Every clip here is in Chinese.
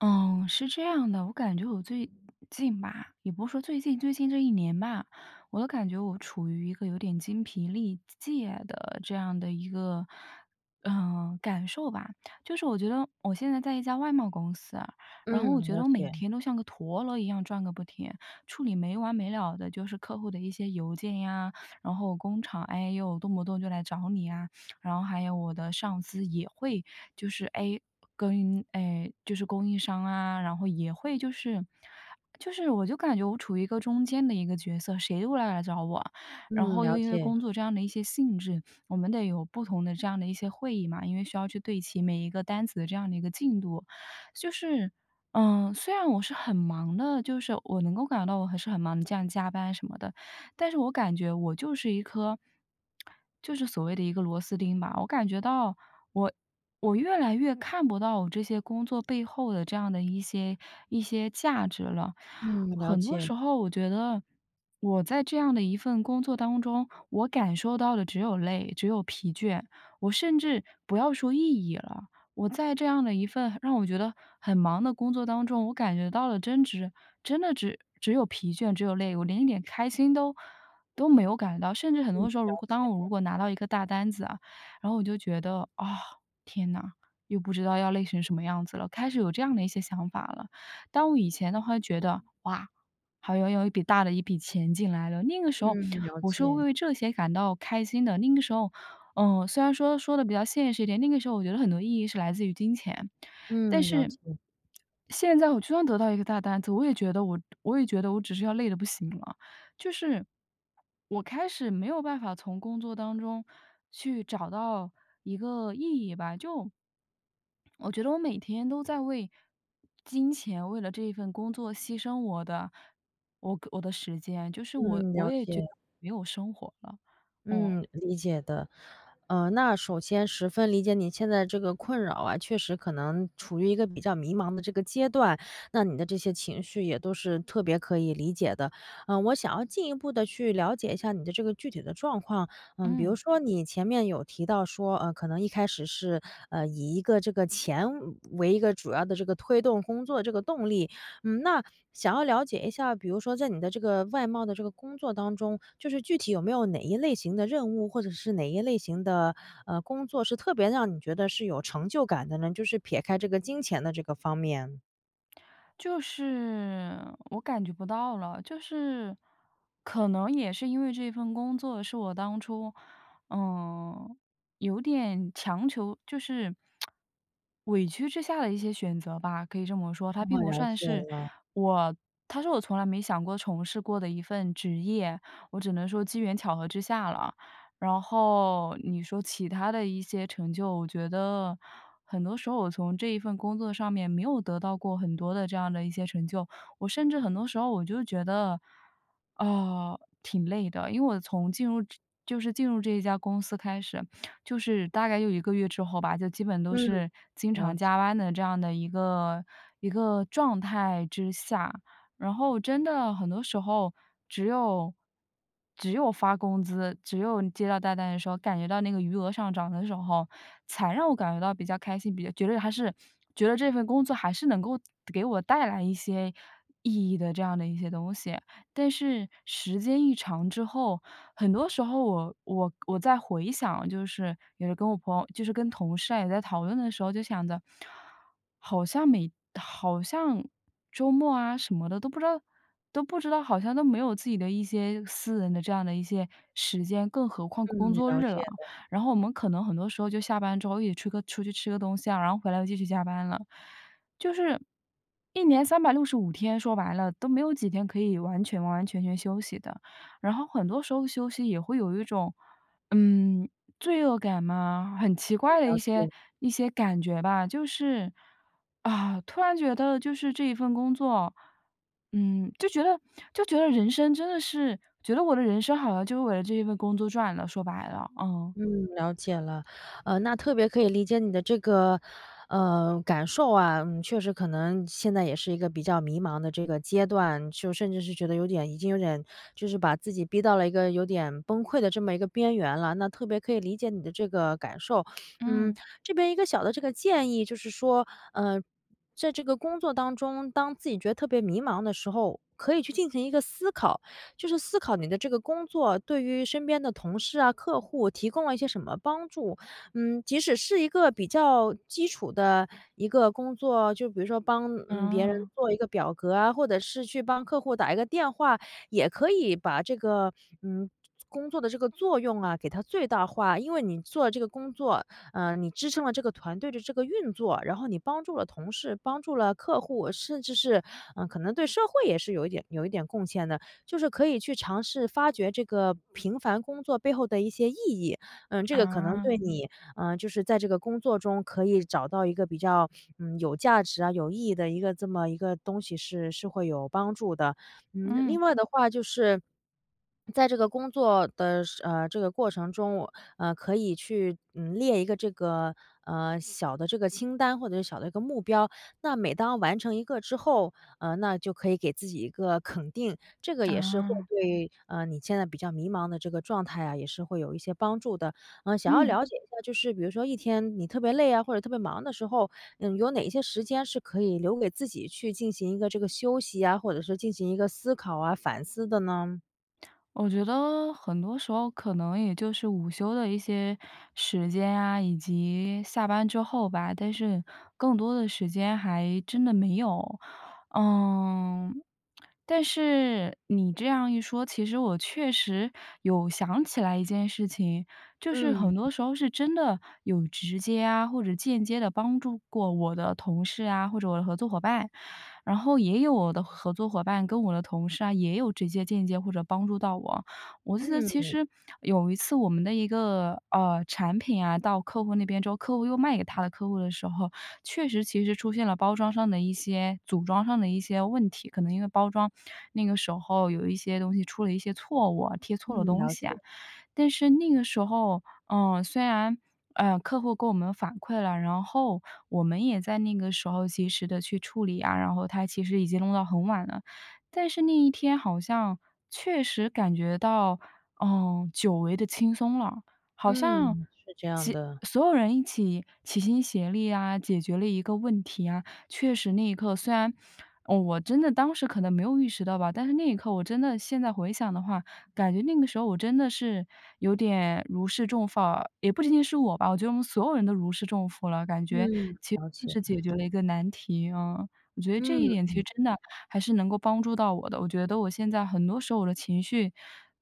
嗯，是这样的，我感觉我最近吧，也不是说最近，最近这一年吧，我都感觉我处于一个有点精疲力竭的这样的一个，感受吧。就是我觉得我现在在一家外贸公司啊，然后我嗯，觉得了我每解。天都像个陀螺一样转个不停，处理没完没了的，就是客户的一些邮件呀，然后工厂哎呦动不动就来找你啊，然后还有我的上司也会就是 A 跟就是供应商啊，然后也会就是我就感觉我处于一个中间的一个角色，谁都来找我，然嗯，后又了因为解。工作这样的一些性质，我们得有不同的这样的一些会议嘛，因为需要去对齐每一个单子的这样的一个进度，就是。嗯，虽然我是很忙的，就是我能够感觉到我还是很忙，这样加班什么的，但是我感觉我就是一颗，就是所谓的一个螺丝钉吧。我感觉到我我越来越看不到我这些工作背后的这样的一些价值了。嗯，了很多时解。候我觉得我在这样的一份工作当中，我感受到的只有累，只有疲倦，我甚至不要说意义了。我在这样的一份让我觉得很忙的工作当中，我感觉到了真的只有疲倦，只有累，我连一点开心都没有感觉到。甚至很嗯，多时候，如了果解。当我如果拿到一个大单子啊，然后我就觉得啊、天呐，又不知道要累成什么样子了，开始有这样的一些想法了。当我以前的话觉得，哇，好像有一笔大的一笔钱进来了，那个时候嗯，了我是会解。为这些感到开心的。那个时候，虽然说说的比较现实一点，那个时候我觉得很多意义是来自于金钱，但嗯，了是解。现在我就算得到一个大单子，我也觉得我只是要累的不行了，就是我开始没有办法从工作当中去找到一个意义吧，就我觉得我每天都在为金钱，为了这一份工作牺牲我的时间，就是我嗯，我了也觉得解。没有生活了。我嗯，理解的。那首先十分理解你现在这个困扰啊，确实可能处于一个比较迷茫的这个阶段，那你的这些情绪也都是特别可以理解的。嗯，我想要进一步的去了解一下你的这个具体的状况。嗯，比如嗯。说你前面有提到说，可能一开始是，以一个这个钱为一个主要的这个推动工作这个动力。嗯，那想要了解一下，比如说在你的这个外贸的这个工作当中，就是具体有没有哪一类型的任务，或者是哪一类型的工作是特别让你觉得是有成就感的呢？就是撇开这个金钱的这个方面。就是我感觉不到了，就是可能也是因为这份工作是我当初，嗯，有点强求，就是委屈之下的一些选择吧，可以这么说。它并我不了算解是了。我，它是我从来没想过从事过的一份职业，我只能说机缘巧合之下了。然后你说其他的一些成就，我觉得很多时候我从这一份工作上面没有得到过很多的这样的一些成就，我甚至很多时候我就觉得，啊、挺累的，因为我从进入这一家公司开始，就是大概有一个月之后吧，就基本都嗯，是经了常解。加班的这样的一个状态之下，然后真的很多时候，只有只有发工资，只有你接到大单的时候，感觉到那个余额上涨的时候，才让我感觉到比较开心，比较觉得还是觉得这份工作还是能够给我带来一些意义的这样的一些东西。但是时间一长之后，很多时候我在回想，就是也是跟我朋友，就是跟同事啊也在讨论的时候，就想着，好像每好像周末啊什么的都不知道，好像都没有自己的一些私人的这样的一些时间，更何况工嗯，作了日了。解然后我们可能很多时候就下班之后一起出去吃个东西啊，然后回来又继续加班了，就是一年365天，说白了都没有几天可以完完全全休息的。然后很多时候休息也会有一种，嗯，罪恶感嘛，很奇怪的一了些解。一些感觉吧，就是啊，突然觉得就是这一份工作，嗯，就觉得就觉得人生真的是觉得我的人生好像就是为了这一份工作赚了，说白了，嗯。嗯，了解了。那特别可以理解你的这个，感受啊。嗯，确实可能现在也是一个比较迷茫的这个阶段，就甚至是觉得有点，已经有点，就是把自己逼到了一个有点崩溃的这么一个边缘了。那特别可以理解你的这个感受。嗯，嗯，这边一个小的这个建议就是说，呃，在这个工作当中，当自己觉得特别迷茫的时候，可以去进行一个思考。就是思考你的这个工作对于身边的同事啊、客户提供了一些什么帮助。嗯，即使是一个比较基础的一个工作，就比如说帮别人啊，做一个表格啊，或者是去帮客户打一个电话，也可以把这个嗯。工作的这个作用啊，给它最大化，因为你做这个工作，嗯，你支撑了这个团队的这个运作，然后你帮助了同事，帮助了客户，甚至是，嗯、可能对社会也是有一点贡献的。就是可以去尝试发掘这个平凡工作背后的一些意义。嗯，这个可能啊，对你，嗯，就是在这个工作中可以找到一个比较，嗯，有价值啊、有意义的一个这么一个东西是会有帮助的。嗯，另嗯，外的话就是，在这个工作的这个过程中，我可以去，嗯，列一个这个，小的这个清单或者是小的一个目标。那每当完成一个之后，那就可以给自己一个 肯定，这个也是会啊，对，你现在比较迷茫的这个状态啊，也是会有一些帮助的。嗯，想要嗯。了解一下，就是比如说一天你特别累啊，或者特别忙的时候，嗯，有哪些时间是可以留给自己去进行一个这个休息啊，或者是进行一个思考啊、反思的呢？我觉得很多时候可能也就是午休的一些时间啊，以及下班之后吧，但是更多的时间还真的没有。嗯，但是你这样一说，其实我确实有想起来一件事情，就是很嗯，多时候是真的有直接啊，或者间接的帮助过我的同事啊，或者我的合作伙伴。然后也有我的合作伙伴跟我的同事啊，也有直接间接或者帮助到我。我记得其嗯，实有一次我们的一个产品啊，到客户那边之后，客户又卖给他的客户的时候，确实其实出现了包装上的一些、组装上的一些问题，可能因为包装那个时候有一些东西出了一些错误啊贴错了嗯，东了解。西啊，但是那个时候，虽然，客户给我们反馈了，然后我们也在那个时候及时的去处理啊，然后他其实已经弄到很晚了。但是那一天好像确实感觉到，久违的轻松了，好像嗯，是这样的。所有人一起齐心协力啊，解决了一个问题啊。确实那一刻虽然，哦我真的当时可能没有意识到吧，但是那一刻我真的现在回想的话，感觉那个时候我真的是有点如释重负啊，也不仅仅是我吧，我觉得我们所有人都如释重负了，感觉嗯，其实了解。是解决了一个难题，嗯。我觉得这一嗯。点其实真的还是能够帮助到我的。我觉得我现在很多时候我的情绪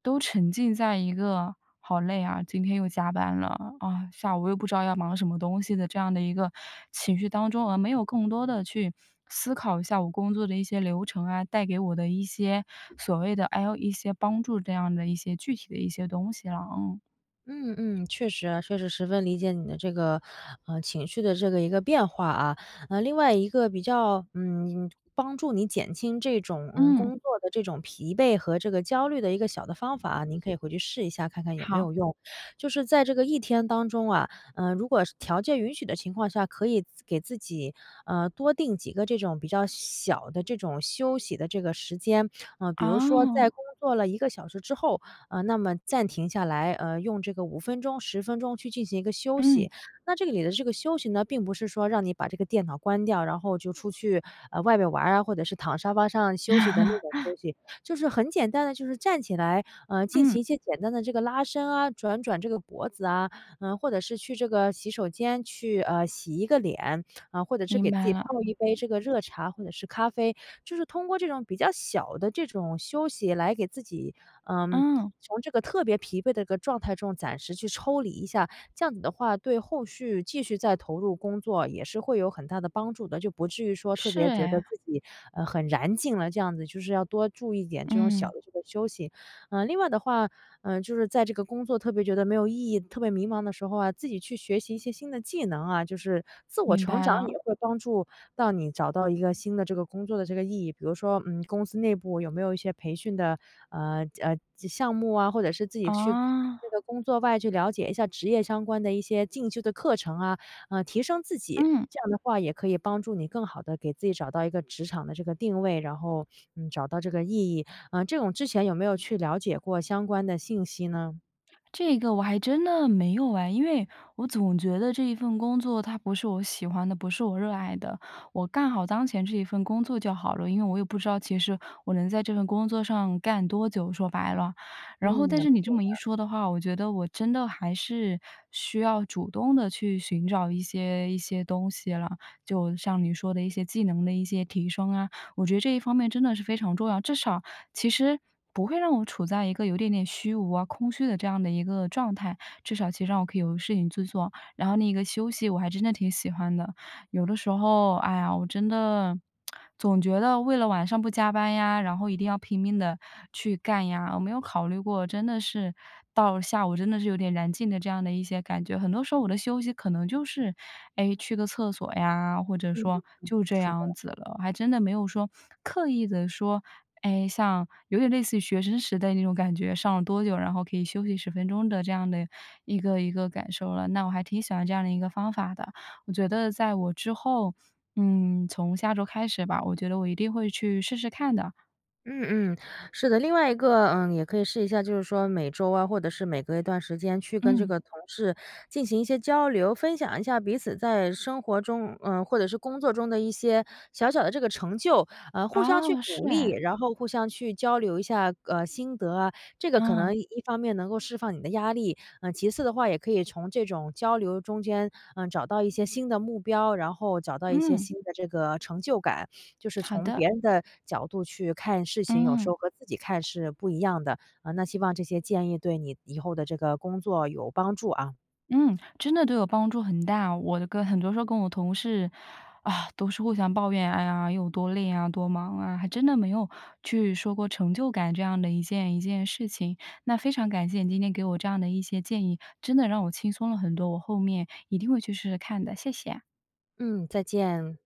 都沉浸在一个"好累啊，今天又加班了啊，下午又不知道要忙什么东西"的这样的一个情绪当中，而没有更多的去思考一下我工作的一些流程啊，带给我的一些所谓的哎呦，一些帮助这样的一些具体的一些东西了，嗯。嗯嗯，确实啊，确实十分理解你的这个，情绪的这个一个变化啊。另外一个比较，嗯，帮助你减轻这种，嗯，嗯，工作的这种疲惫和这个焦虑的一个小的方法啊，您可以回去试一下，看看有没好，有用。就是在这个一天当中啊，嗯、如果是条件允许的情况下，可以自给自己，多定几个这种比较小的这种休息的这个时间。嗯、比如说哦，在工作了一个小时之后，那么暂停下来，用这个5分钟、10分钟去进行一个休嗯 息。那这个里的这个休息呢，并不是说让你把这个电脑关掉，然后就出去，外面玩儿啊，或者是躺沙发上休息的那种 休息，就是很简单的，就是站起来，进行一嗯，些简单的这个拉伸啊，转转这个脖子啊，嗯，或者是去这个洗手间去，洗一个脸，啊，或者是明给自白己泡了，一杯这个热茶或者是咖啡，就是通过这种比较小的这种休息来给自己，嗯，嗯，从这个特别疲惫的一个状态中暂时去抽离一下，这样子的话，对后续继续再投入工作也是会有很大的帮助的，就不至于说特是别觉得哎，自己，很燃尽了这样子，就是要多注意一点这种小嗯，的这个休息。嗯，另外的话，嗯，就是在这个工作特别觉得没有意义、特别迷茫的时候啊，自己去学习一些新的技能啊，就是自我明成白长了。也会帮助到你找到一个新的这个工作的这个意义。比如说，嗯，公司内部有没有一些培训的项目啊，或者是自己去啊，那个工作外去了解一下职业相关的一些进修的课程啊，提升自己。嗯，这样的话也可以帮助你更好的给自己找到一个职场的这个定位，然后嗯，找到这个意义。嗯，这种之前有没有去了解过相关的信息呢？这个我还真的没有哎，因为我总觉得这一份工作它不是我喜欢的，不是我热爱的，我干好当前这一份工作就好了，因为我也不知道其实我能在这份工作上干多久，说白了。然后嗯，但了是解，你这么一说的话，我觉得我真的还是需要主动的去寻找一些东西了，就像你说的一些技能的一些提升啊。我觉得这一方面真的是非常重要，至少其实不会让我处在一个有点点虚无啊、空虚的这样的一个状态，至少其实让我可以有事情去做，然后那个休息我还真的挺喜欢的。有的时候，哎呀，我真的总觉得为了晚上不加班呀，然后一定要拼命的去干呀，我没有考虑过真的是到了下午真的是有点燃尽的这样的一些感觉。很多时候我的休息可能就是，哎，去个厕所呀，或者说就这是。样子了，还真的没有说刻意的说，哎，像有点类似于学生时代那种感觉，上了多久，然后可以休息10分钟的这样的一个感受了，那我还挺喜欢这样的一个方法的。我觉得在我之后，从下周开始吧，我觉得我一定会去试试看的。嗯嗯，是的。另外一个，嗯，也可以试一下，就是说每周啊，或者是每隔一段时间去跟这嗯，个同事进行一些交流，分享一下彼此在生活中，嗯，或者是工作中的一些小小的这个成就，互相去哦，是鼓励，哎，然后互相去交流一下，心得啊。这个可嗯，能一方面能够释放你的压力，嗯，其次的话，也可以从这种交流中间，嗯，找到一些新的目标，然后找到一些嗯，新的这个成就感。就是好从的，别人的角度去看事情，有时嗯，候和自己看是不一样的。啊，那希望这些建议对你以后的这个工作有帮助啊。嗯，真的对我帮助很大。跟很多时候跟我同事啊，都是互相抱怨，哎呀，有多累啊，多忙啊，还真的没有去说过成就感这样的一件事情。那非常感谢你今天给我这样的一些建议，真的让我轻松了很多，我后面一定会去试试看的，谢谢。嗯，再见。